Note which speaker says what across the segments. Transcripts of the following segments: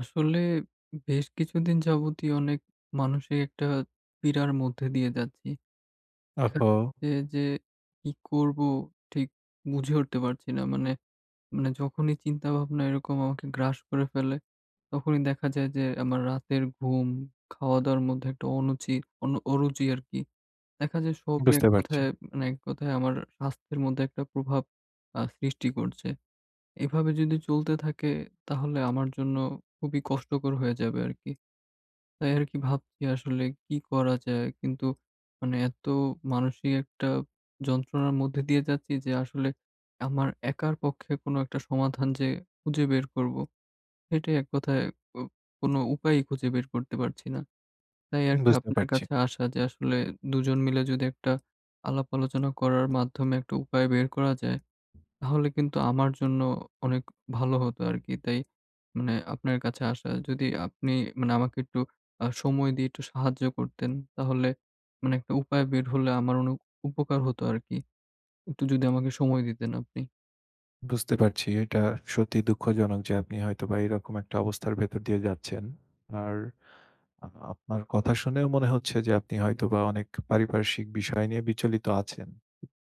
Speaker 1: আসলে বেশ কিছুদিন যাবতই অনেক মানসিক একটা পীড়ার মধ্যে দিয়ে যাচ্ছি। দেখা
Speaker 2: ওহো!
Speaker 1: যাচ্ছে যে কি করব ঠিক বুঝে উঠতে পারছি না। মানে মানে যখনই চিন্তাভাবনা এরকম আমাকে গ্রাস করে ফেলে, তখনই দেখা যায় যে আমার রাতের ঘুম, খাওয়া-দাওয়ার মধ্যে একটা অনুচি অনু অরুচি আরকি। দেখা যায় সবই
Speaker 2: বুঝতে পারছি,
Speaker 1: এক কথায় আমার স্বাস্থ্যের মধ্যে একটা প্রভাব সৃষ্টি করছে। এভাবে যদি চলতে থাকে তাহলে আমার জন্য খুবই কষ্টকর হয়ে যাবে আরকি। তাই আরকি ভাবছি আসলে কি করা যায়? কিন্তু মানে এত মানসিক একটা যন্ত্রণার মধ্যে দিয়ে যাচ্ছি যে আসলে আমার একার পক্ষে কোনো একটা সমাধান যে খুঁজে বের করবো, সেটাই এক কথায় ও কোনো উপায়ই খুঁজে বের করতে পারছি না। তাই আরকি
Speaker 2: বুঝতে
Speaker 1: আপনার
Speaker 2: পারছি,
Speaker 1: কাছে আসা যে আসলে দুজন মিলে যদি একটা আলাপ আলোচনা করার মাধ্যমে একটা উপায় বের করা যায় তাহলে কিন্তু আমার জন্য অনেক ভালো হতো আরকি। তাই মানে আপনার কাছে আসা। যদি আপনি মানে আমাকে একটু সময় দিয়ে একটু সাহায্য করতেন, তাহলে মানে একটা উপায় বের হলে আমার অনেক উপকার হতো আরকি। একটু যদি আমাকে সময় দিতেন আপনি।
Speaker 2: বুঝতে পারছি। এটা সত্যি দুঃখজনক যে আপনি হয়তোবা এরকম একটা অবস্থার ভেতর দিয়ে যাচ্ছেন। আর আ আপনার কথা শুনেও মনে হচ্ছে যে আপনি হয়তোবা অনেক পারিপার্শ্বিক বিষয় নিয়ে বিচলিত আছেন।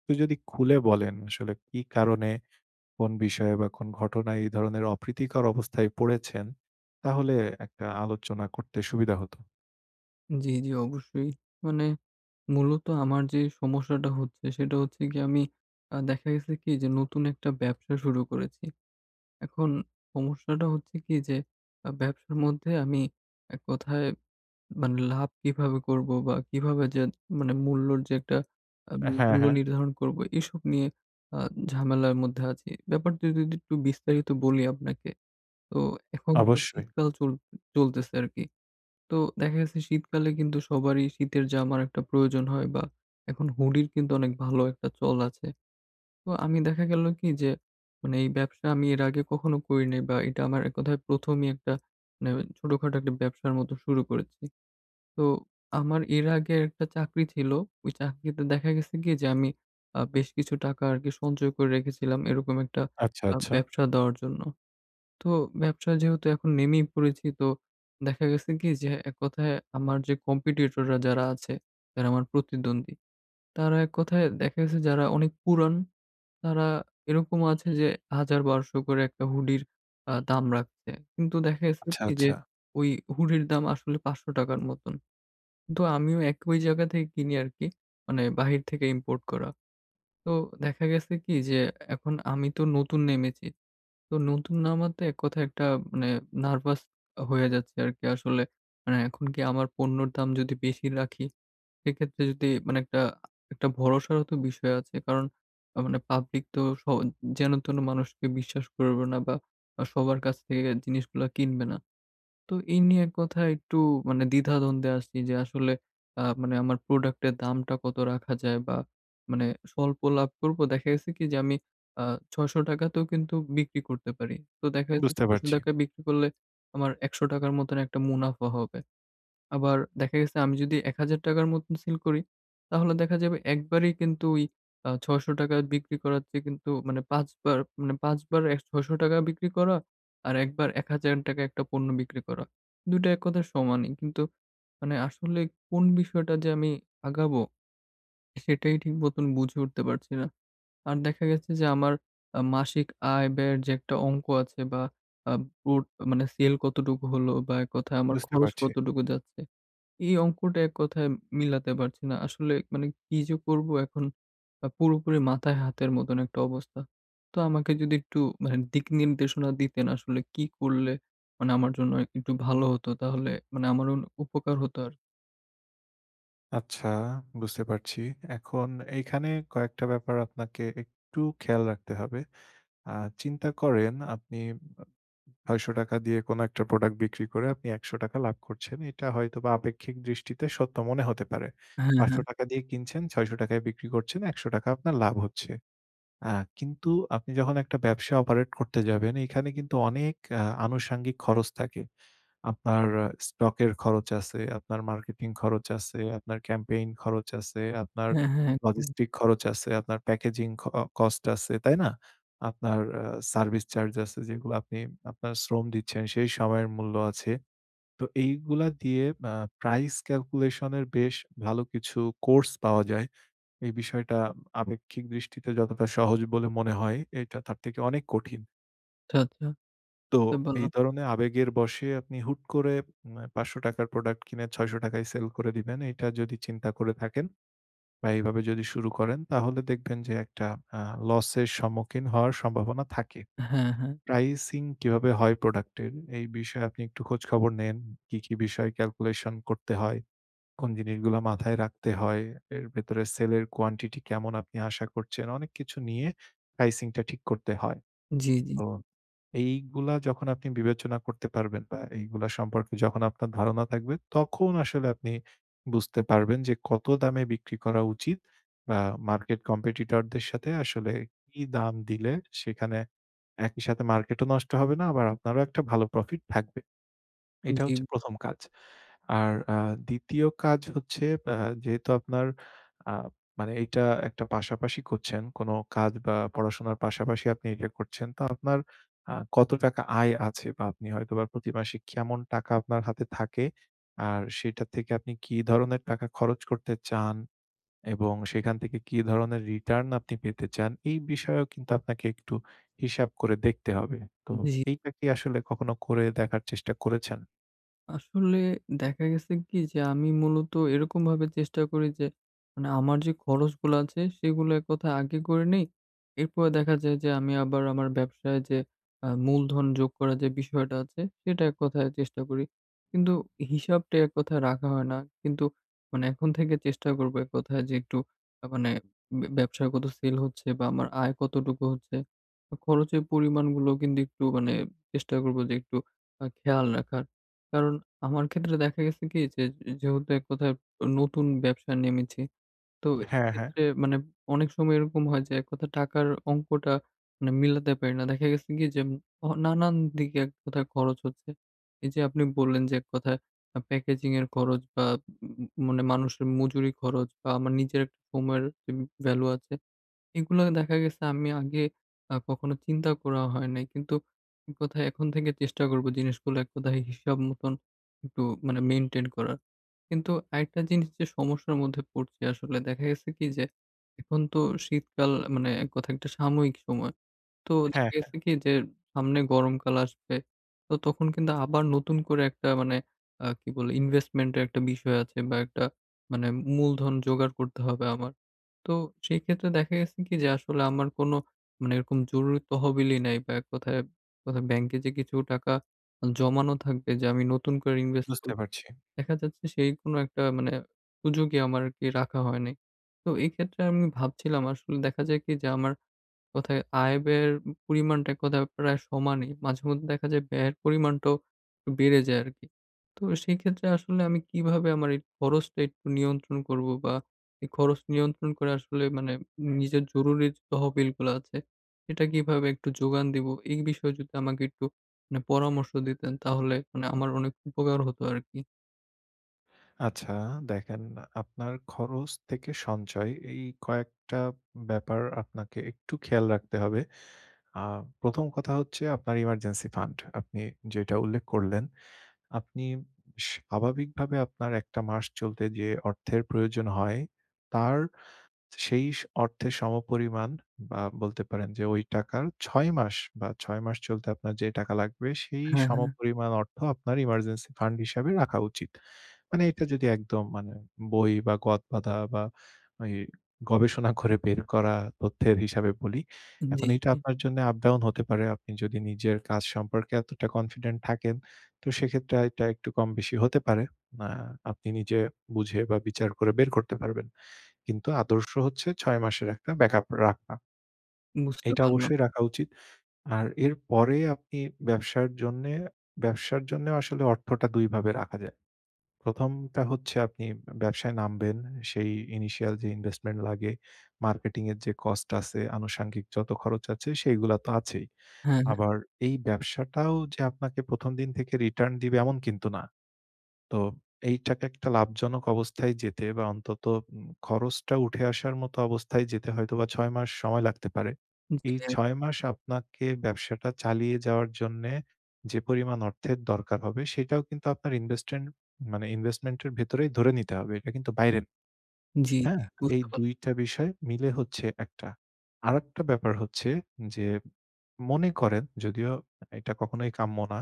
Speaker 2: তো যদি খুলে বলেন আসলে কি কারণে, কোন বিষয়ে বা কোন ঘটনায় এই ধরনের অপ্রীতিকর অবস্থায় পড়েছেন, তাহলে একটা আলোচনা করতে সুবিধা হতো।
Speaker 1: জি, জি, অবশ্যই। মানে মূলত আমার যে সমস্যাটা হচ্ছে সেটা হচ্ছে গিয়ে আমি দেখা গেছে কি যে নতুন একটা ব্যবসা শুরু করেছি। এখন সমস্যাটা হচ্ছে কি যে ব্যবসার মধ্যে আমি এক কথায় মানে লাভ কিভাবে করব বা কিভাবে যে মানে আ
Speaker 2: হ্যাঁ,
Speaker 1: মূল্য
Speaker 2: হ্যাঁ,
Speaker 1: নির্ধারণ করব এসব নিয়ে আ ঝামেলার মধ্যে আছি। ব্যাপারটা যদি একটু বিস্তারিত বলি আপনাকে। তো এখন তো
Speaker 2: অবশ্যই।
Speaker 1: শীতকাল চলতেছে আরকি। তো দেখা গেছে শীতকালে কিন্তু সবারই শীতের জামার একটা প্রয়োজন হয় বা এখন হুডির কিন্তু অনেক ভালো একটা চল আছে। তো আমি দেখা গেল কি যে মানে এই ব্যবসা আমি এর আগে কখনো করি নাই বা এটা আমার এক কথায় ১ম ই একটা মানে ছোটখাটো একটা ব্যবসার মতো শুরু করেছি। তো আমার এর আগে একটা চাকরি ছিল। ওই চাকরিতে দেখা গেছে কি যে আমি বেশ কিছু টাকা আরকি সঞ্চয় করে রেখেছিলাম এরকম একটা
Speaker 2: আচ্ছা, আচ্ছা,
Speaker 1: ব্যবসা দেওয়ার জন্য। তো ব্যবসায় যেহেতু এখন নেমেই পড়েছি, তো দেখা গেছে কি যে এক কথায় আমার যে কম্পিটিটররা যারা আছে, যারা আমার প্রতিদ্বন্দ্বী, তারা এক কথায় দেখা গেছে যারা অনেক পুরান, তারা এরকম আছে যে ১০০০-১২০০ করে একটা হুডির দাম রাখছে। কিন্তু দেখা গেছে
Speaker 2: আচ্ছা,
Speaker 1: কি যে
Speaker 2: আচ্ছা।
Speaker 1: ওই হুডির দাম আসলে ৳৫০০ মতন। কিন্তু আমিও ওই জায়গা থেকে কিনি আরকি। মানে বাহির থেকে ইম্পোর্ট করা। তো দেখা গেছে কি যে এখন আমি তো নতুন নেমেছি। তো নতুন নামাতে এক কথায় একটা মানে নার্ভাস হয়ে যাচ্ছি আরকি আসলে। মানে এখন কি আমার পণ্যর দাম যদি বেশি রাখি, সেক্ষেত্রে যদি মানে একটা একটা ভরসারও তো বিষয় আছে। কারণ মানে পাবলিক তো যেন তেন মানুষকে বিশ্বাস করবে না বা সবার কাছ থেকে জিনিসগুলা কিনবে না। তো এই নিয়ে এক কথায় একটু মানে দ্বিধাদ্বন্দ্বে আছি যে আসলে মানে আমার প্রোডাক্টের দামটা কত রাখা যায় বা মানে স্বল্প লাভ করবো। দেখা গেছে কি যে আমি আ ৳৬০০ তেও কিন্তু বিক্রি করতে পারি। তো দেখা গেছে
Speaker 2: বুঝতে
Speaker 1: ৳৬০০
Speaker 2: পারছি,
Speaker 1: বিক্রি করলে আমার ৳১০০ র মতন একটা মুনাফা হবে। আবার দেখা গেছে আমি যদি ৳১,০০০ র মতন সেল করি, তাহলে দেখা যাবে একবারেই কিন্তু ওই ৳৬০০ বিক্রি করার চেয়ে কিন্তু মানে ৫ বার এক ৳৬০০ বিক্রি করা আর একবার ৳১,০০০ একটা পণ্য বিক্রি করা। ২ টা এক কথায় সমানই। কিন্তু মানে আসলে কোন বিষয়টা যে আমি আগাবো সেটাই ঠিক মতন বুঝে উঠতে পারছি না। আর দেখা গেছে যে আমার মাসিক আয় ব্যয়ের যে একটা অঙ্ক আছে বা আ ওট মানে সেল কতটুকু হলো বা এক কথায় আমার
Speaker 2: বুঝতে
Speaker 1: খরচ
Speaker 2: পারছি।
Speaker 1: কতটুকু যাচ্ছে, এই অঙ্কটা এক কথায় মিলাতে পারছি না। আসলে মানে কি যে করব এখন, পুরোপুরি মাথায় হাতের মতন একটা অবস্থা। তো আমাকে যদি একটু মানে দিক নির্দেশনা দিতেন আসলে কি করলে মানে আমার জন্য একটু ভালো হতো, তাহলে মানে আমারও উপকার হতো আর কি।
Speaker 2: আচ্ছা, বুঝতে পারছি। এখন এইখানে কয়েকটা ব্যাপার আপনাকে একটু খেয়াল রাখতে হবে। আ চিন্তা করেন আপনি ৳৬০০ দিয়ে কোনো একটা প্রোডাক্ট বিক্রি করে আপনি ৳১০০ লাভ করছেন। এটা হয়তোবা আপেক্ষিক দৃষ্টিতে সত্য মনে হতে পারে।
Speaker 1: হ্যাঁ, হ্যাঁ।
Speaker 2: ৳৫০০ দিয়ে কিনছেন, ৳৬০০ য় বিক্রি করছেন, ৳১০০ আপনার লাভ হচ্ছে। আ কিন্তু আপনি যখন একটা ব্যবসা অপারেট করতে যাবেন, এইখানে কিন্তু অনেক আনুষঙ্গিক খরচ থাকে। আপনার স্টকের খরচ আছে, আপনার মার্কেটিং খরচ আছে, আপনার ক্যাম্পেইন খরচ আছে, আপনার
Speaker 1: হ্যাঁ, হ্যাঁ, একদম।
Speaker 2: লজিস্টিক খরচ আছে, আপনার প্যাকেজিং খ কস্ট আছে, তাই না? আপনার সার্ভিস চার্জ আছে যেগুলো আপনি আপনার শ্রম দিচ্ছেন, সেই সময়ের মূল্য আছে। তো এইগুলা দিয়ে আ প্রাইস ক্যালকুলেশন এর বেশ ভালো কিছু কোর্স পাওয়া যায়। এই বিষয়টা আপেক্ষিক দৃষ্টিতে যতটা সহজ বলে মনে হয়, এটা তার থেকে অনেক কঠিন।
Speaker 1: আচ্ছা, আচ্ছা,
Speaker 2: তো
Speaker 1: বুঝতে
Speaker 2: এই
Speaker 1: পারলাম।
Speaker 2: ধরনের আবেগের বশে আপনি হুট করে ৳৫০০ র প্রোডাক্ট কিনে ৳৬০০ য় সেল করে দিবেন। এটা যদি চিন্তা করে থাকেন বা এইভাবে যদি শুরু করেন তাহলে দেখবেন যে একটা আ লসের সম্মুখীন হওয়ার সম্ভাবনা থাকে।
Speaker 1: হ্যাঁ, হ্যাঁ।
Speaker 2: প্রাইসিং কিভাবে হয় প্রোডাক্টের এই বিষয়ে আপনি একটু খোঁজখবর নেন। কি, কি বিষয় ক্যালকুলেশন করতে হয়, কোন জিনিসগুলো মাথায় রাখতে হয়, এর ভেতরে সেলের কোয়ান্টিটি কেমন আপনি আশা করছেন, অনেক কিছু নিয়ে প্রাইসিংটা ঠিক করতে হয়।
Speaker 1: জি, জি,
Speaker 2: তো এইগুলা যখন আপনি বিবেচনা করতে পারবেন বা এইগুলা সম্পর্কে যখন আপনার ধারণা থাকবে, তখন আসলে আপনি বুঝতে পারবেন যে কত দামে বিক্রি করা উচিত বা মার্কেট কম্পিটিটরদের সাথে আসলে কি দাম দিলে সেখানে একই সাথে মার্কেটও নষ্ট হবে না, আবার আপনারও একটা ভালো প্রফিট থাকবে। এটা
Speaker 1: জি,
Speaker 2: হচ্ছে ১ম কাজ। আর ২য় কাজ হচ্ছে আ যেহেতু আপনার আ মানে এটা একটা পাশাপাশি করছেন, কোনো কাজ বা পড়াশোনার পাশাপাশি আপনি এটা করছেন। তো আপনার কত টাকা আয় আছে বা আপনি হয়তোবা প্রতি মাসে কেমন টাকা আপনার হাতে থাকে? আর সেটা থেকে আপনি কি ধরনের টাকা খরচ করতে চান এবং সেখান থেকে কি ধরনের রিটার্ন আপনি পেতে চান? এই বিষয়েও কিন্তু আপনাকে একটু হিসাব করে দেখতে হবে। তো
Speaker 1: জি।
Speaker 2: এইটা কি আসলে কখনো করে দেখার চেষ্টা করেছেন?
Speaker 1: আসলে দেখা গেছে কি যে আমি মূলত এরকমভাবে চেষ্টা করি যে মানে আমার যে খরচগুলো আছে সেগুলো এক কথায় আগে করে নেই। এরপরে দেখা যায় যে আমি আবার আমার ব্যবসায় যে মূলধন যোগ করার যে বিষয়টা আছে সেটা এক কথায় চেষ্টা করি। কিন্তু হিসাবটা এক কথায় রাখা হয় না। কিন্তু মানে এখন থেকে চেষ্টা করব এক কথায় যে একটু মানে ব্যবসায় কত সেল হচ্ছে বা আমার আয় কতটুকু হচ্ছে। খরচের পরিমাণগুলো কিন্তু একটু মানে চেষ্টা করব যে একটু খেয়াল রাখার। কারণ আমার ক্ষেত্রে দেখা গেছে কি যে, যেহেতু এক কথায় নতুন ব্যবসায় নেমেছি। তো হুম।
Speaker 2: হ্যাঁ, হ্যাঁ।
Speaker 1: এক্ষেত্রে মানে অনেক সময় এরকম হয় যে, এক কথায় টাকার অঙ্কটা মানে মিলাতে পারি না। দেখা গেছে কি যে, নানান দিকে এক কথায় খরচ হচ্ছে। এই যে আপনি বললেন যে এক কথায় প্যাকেজিং এর খরচ বা মানে মানুষের মজুরি খরচ বা আমার নিজের একটা সময়ের ভ্যালু আছে। এগুলো দেখা গেছে আমি আগে কখনো চিন্তা করা হয় নাই। কিন্তু এক কথায় এখন থেকে চেষ্টা করব জিনিসগুলো এক কথায় হিসাব মতন একটু মানে মেইনটেইন করার। কিন্তু আরেকটা জিনিস যে সমস্যার মধ্যে পড়ছি আসলে, দেখা গেছে কি যে এখন তো শীতকাল মানে এক কথায় একটা সাময়িক সময়। তো দেখা
Speaker 2: হ্যাঁ।
Speaker 1: গেছে কি যে সামনে গরমকাল আসবে। তো তখন কিন্তু আবার নতুন করে একটা মানে কি বলে ইনভেস্টমেন্ট এর একটা বিষয় আছে বা একটা মানে মূলধন জোগাড় করতে হবে আমার। তো সেক্ষেত্রে দেখা গেছে কি যে আসলে আমার কোনো মানে এরকম জরুরি তহবিলই নাই বা এক কথায় কোথায় ব্যাংকে যে কিছু টাকা জমানো থাকবে যে আমি নতুন করে ইনভেস্ট
Speaker 2: বুঝতে
Speaker 1: করব।
Speaker 2: পারছি।
Speaker 1: দেখা যাচ্ছে সেই কোনো একটা মানে সুযোগই আমার আরকি রাখা হয় নাই। তো এই ক্ষেত্রে আমি ভাবছিলাম আসলে দেখা যায় কি যে আমার কোথায় আয় ব্যয়ের পরিমাণটা কোথায় প্রায় সমানই। মাঝেমধ্যে দেখা যায় ব্যয়ের পরিমাণটাও একটু বেড়ে যায় আরকি। তো সেক্ষেত্রে আসলে আমি কিভাবে আমার এই খরচটা একটু নিয়ন্ত্রণ করব বা এই খরচ নিয়ন্ত্রণ করে আসলে মানে নিজের জরুরি যে তহবিলগুলো আছে, সেটা কিভাবে একটু যোগান দিব? এই বিষয়ে যদি আমাকে একটু মানে পরামর্শ দিতেন তাহলে মানে আমার অনেক উপকার হতো আরকি।
Speaker 2: আচ্ছা দেখেন আপনার খরচ থেকে সঞ্চয় এই কয়েকটা ব্যাপার আপনাকে একটু খেয়াল রাখতে হবে। আ ১ম কথা হচ্ছে আপনার ইমার্জেন্সি ফান্ড। আপনি যেটা উল্লেখ করলেন, আপনি স্বাভাবিকভাবে আপনার ১ টা মাস চলতে যে অর্থের প্রয়োজন হয়, তার সেই অর্থে সমপরিমাণ বা বলতে পারেন যে ওই টাকার ৬ মাস বা ৬ মাস চলতে আপনার যে টাকা লাগবে, সেই
Speaker 1: হ্যাঁ, হ্যাঁ।
Speaker 2: সমপরিমাণ অর্থ আপনার ইমার্জেন্সি ফান্ড হিসাবে রাখা উচিত। মানে এটা যদি একদম মানে বই বা গদ বাঁধা বা ওই গবেষণা করে বের করা তথ্যের হিসাবে বলি।
Speaker 1: জি,
Speaker 2: এখন এটা
Speaker 1: জি।
Speaker 2: আপনার জন্য আপ ডাউন হতে পারে। আপনি যদি নিজের কাজ সম্পর্কে এতটা কনফিডেন্ট থাকেন, তো সেক্ষেত্রে এটা একটু কম বেশি হতে পারে। আ আপনি নিজে বুঝে বা বিচার করে বের করতে পারবেন। কিন্তু আদর্শ হচ্ছে ৬ মাসের একটা ব্যাকআপ রাখা।
Speaker 1: বুঝতে
Speaker 2: এটা
Speaker 1: পারলাম।
Speaker 2: অবশ্যই রাখা উচিত। আর এরপরে আপনি ব্যবসার জন্যে ব্যবসার জন্যেও আসলে অর্থটা ২ ভাবে রাখা যায়। ১ম টা হচ্ছে আপনি ব্যবসায় নামবেন। সেই ইনিশিয়াল যে ইনভেস্টমেন্ট লাগে, মার্কেটিং এর যে কস্ট আছে, আনুষঙ্গিক যত খরচ আছে সেইগুলা তো আছেই।
Speaker 1: হ্যাঁ, হ্যাঁ।
Speaker 2: আবার এই ব্যবসাটাও যে আপনাকে ১ম দিন থেকে রিটার্ন দিবে এমন কিন্তু না। তো এইটাকে একটা লাভজনক অবস্থায় যেতে বা অন্তত খরচটা উঠে আসার মতো অবস্থায় যেতে হয়তোবা ৬ মাস সময় লাগতে পারে। এই
Speaker 1: জি,
Speaker 2: ৬ মাস আপনাকে ব্যবসাটা চালিয়ে যাওয়ার জন্যে যে পরিমাণ অর্থের দরকার হবে সেটাও কিন্তু আপনার ইনভেস্টেন্ট মানে ইনভেস্টমেন্ট এর ভেতরেই ধরে নিতে হবে। এটা কিন্তু বাইরে
Speaker 1: জি,
Speaker 2: হ্যাঁ?
Speaker 1: জি,
Speaker 2: এই
Speaker 1: বুঝতে পারলাম।
Speaker 2: ২ টা বিষয় মিলে হচ্ছে একটা। আরেকটা ব্যাপার হচ্ছে যে মনে করেন যদিও এটা কখনোই কাম্য না।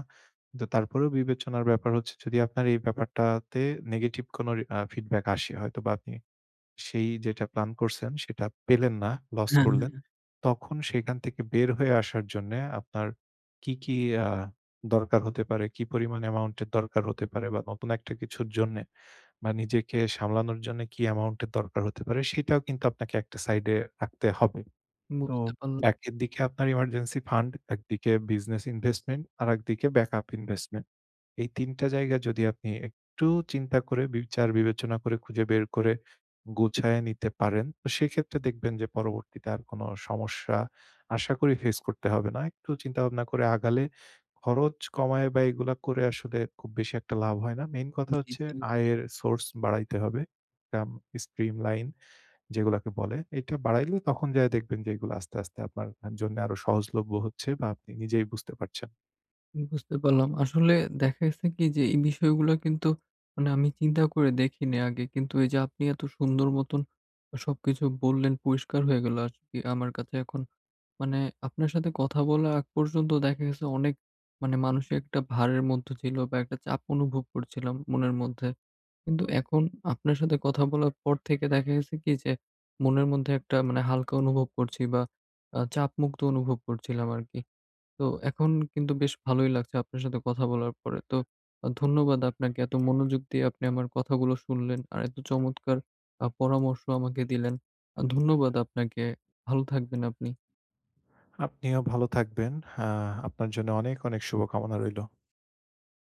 Speaker 2: কিন্তু তারপরেও বিবেচনার ব্যাপার হচ্ছে যদি আপনার এই ব্যাপারটাতে নেগেটিভ কোনো রি আ ফিডব্যাক আসে হয়তোবা আপনি সেই যেটা প্ল্যান করছেন সেটা পেলেন না, লস
Speaker 1: হ্যাঁ,
Speaker 2: করলেন।
Speaker 1: হ্যাঁ।
Speaker 2: তখন সেখান থেকে বের হয়ে আসার জন্যে আপনার কি, কি আ দরকার হতে পারে? কি পরিমাণ অ্যামাউন্ট এর দরকার হতে পারে বা নতুন একটা কিছুর জন্যে? বা নিজেকে সামলানোর জন্য কি অ্যামাউন্ট এর দরকার হতে পারে সেটাও কিন্তু আপনাকে একটা সাইডে রাখতে হবে। তো
Speaker 1: বুঝতে পারলাম।
Speaker 2: একের দিকে আপনার ইমার্জেন্সি ফান্ড, একদিকে বিজনেস ইনভেস্টমেন্ট, আরেকদিকে ব্যাকআপ ইনভেস্টমেন্ট। এই ৩ টা জায়গা যদি আপনি একটু চিন্তা করে বিচার বিবেচনা করে খুঁজে বের করে গুছায়ে নিতে পারেন, তো সেক্ষেত্রে দেখবেন যে পরবর্তীতে আর কোনো সমস্যা আশা করি ফেস করতে হবে না। একটু চিন্তাভাবনা করে আগালে খরচ কমায় বা এগুলা করে আসলে খুব বেশি একটা লাভ হয় না। মেইন কথা
Speaker 1: জি,
Speaker 2: হচ্ছে
Speaker 1: জি।
Speaker 2: আয়ের সোর্স বাড়াইতে হবে। কাম স্ট্রিম লাইন যেগুলাকে বলে, এটা বাড়াইলে তখন যায়া দেখবেন যে এগুলো আস্তে, আস্তে আপনার জন্য আরো সহজলভ্য হচ্ছে বা আপনি নিজেই বুঝতে পারছেন।
Speaker 1: বুঝতে পারলাম। আসলে দেখা গেছে কি যে এই বিষয়গুলো কিন্তু মানে আমি চিন্তা করে দেখিনি আগে। কিন্তু এই যে আপনি এত সুন্দর মতন সবকিছু বললেন, পরিষ্কার হয়ে গেল আজকে আমার কাছে এখন। মানে আপনার সাথে কথা বলার আগ পর্যন্ত দেখা গেছে অনেক মানে মানসিক একটা ভারের মধ্যে ছিল বা একটা চাপ অনুভব করছিলাম মনের মধ্যে। কিন্তু এখন আপনার সাথে কথা বলার পর থেকে দেখা গেছে কি যে মনের মধ্যে একটা মানে হালকা অনুভব করছি বা চাপমুক্ত অনুভব করছিলাম আরকি। তো এখন কিন্তু বেশ ভালোই লাগছে আপনার সাথে কথা বলার পরে। তো ধন্যবাদ আপনাকে। এত মনোযোগ দিয়ে আপনি আমার কথাগুলো শুনলেন। আর এত চমৎকার পরামর্শ আমাকে দিলেন। ধন্যবাদ আপনাকে। ভালো থাকবেন আপনি।
Speaker 2: আপনিও ভালো থাকবেন। আ আপনার জন্য অনেক, অনেক শুভকামনা রইল।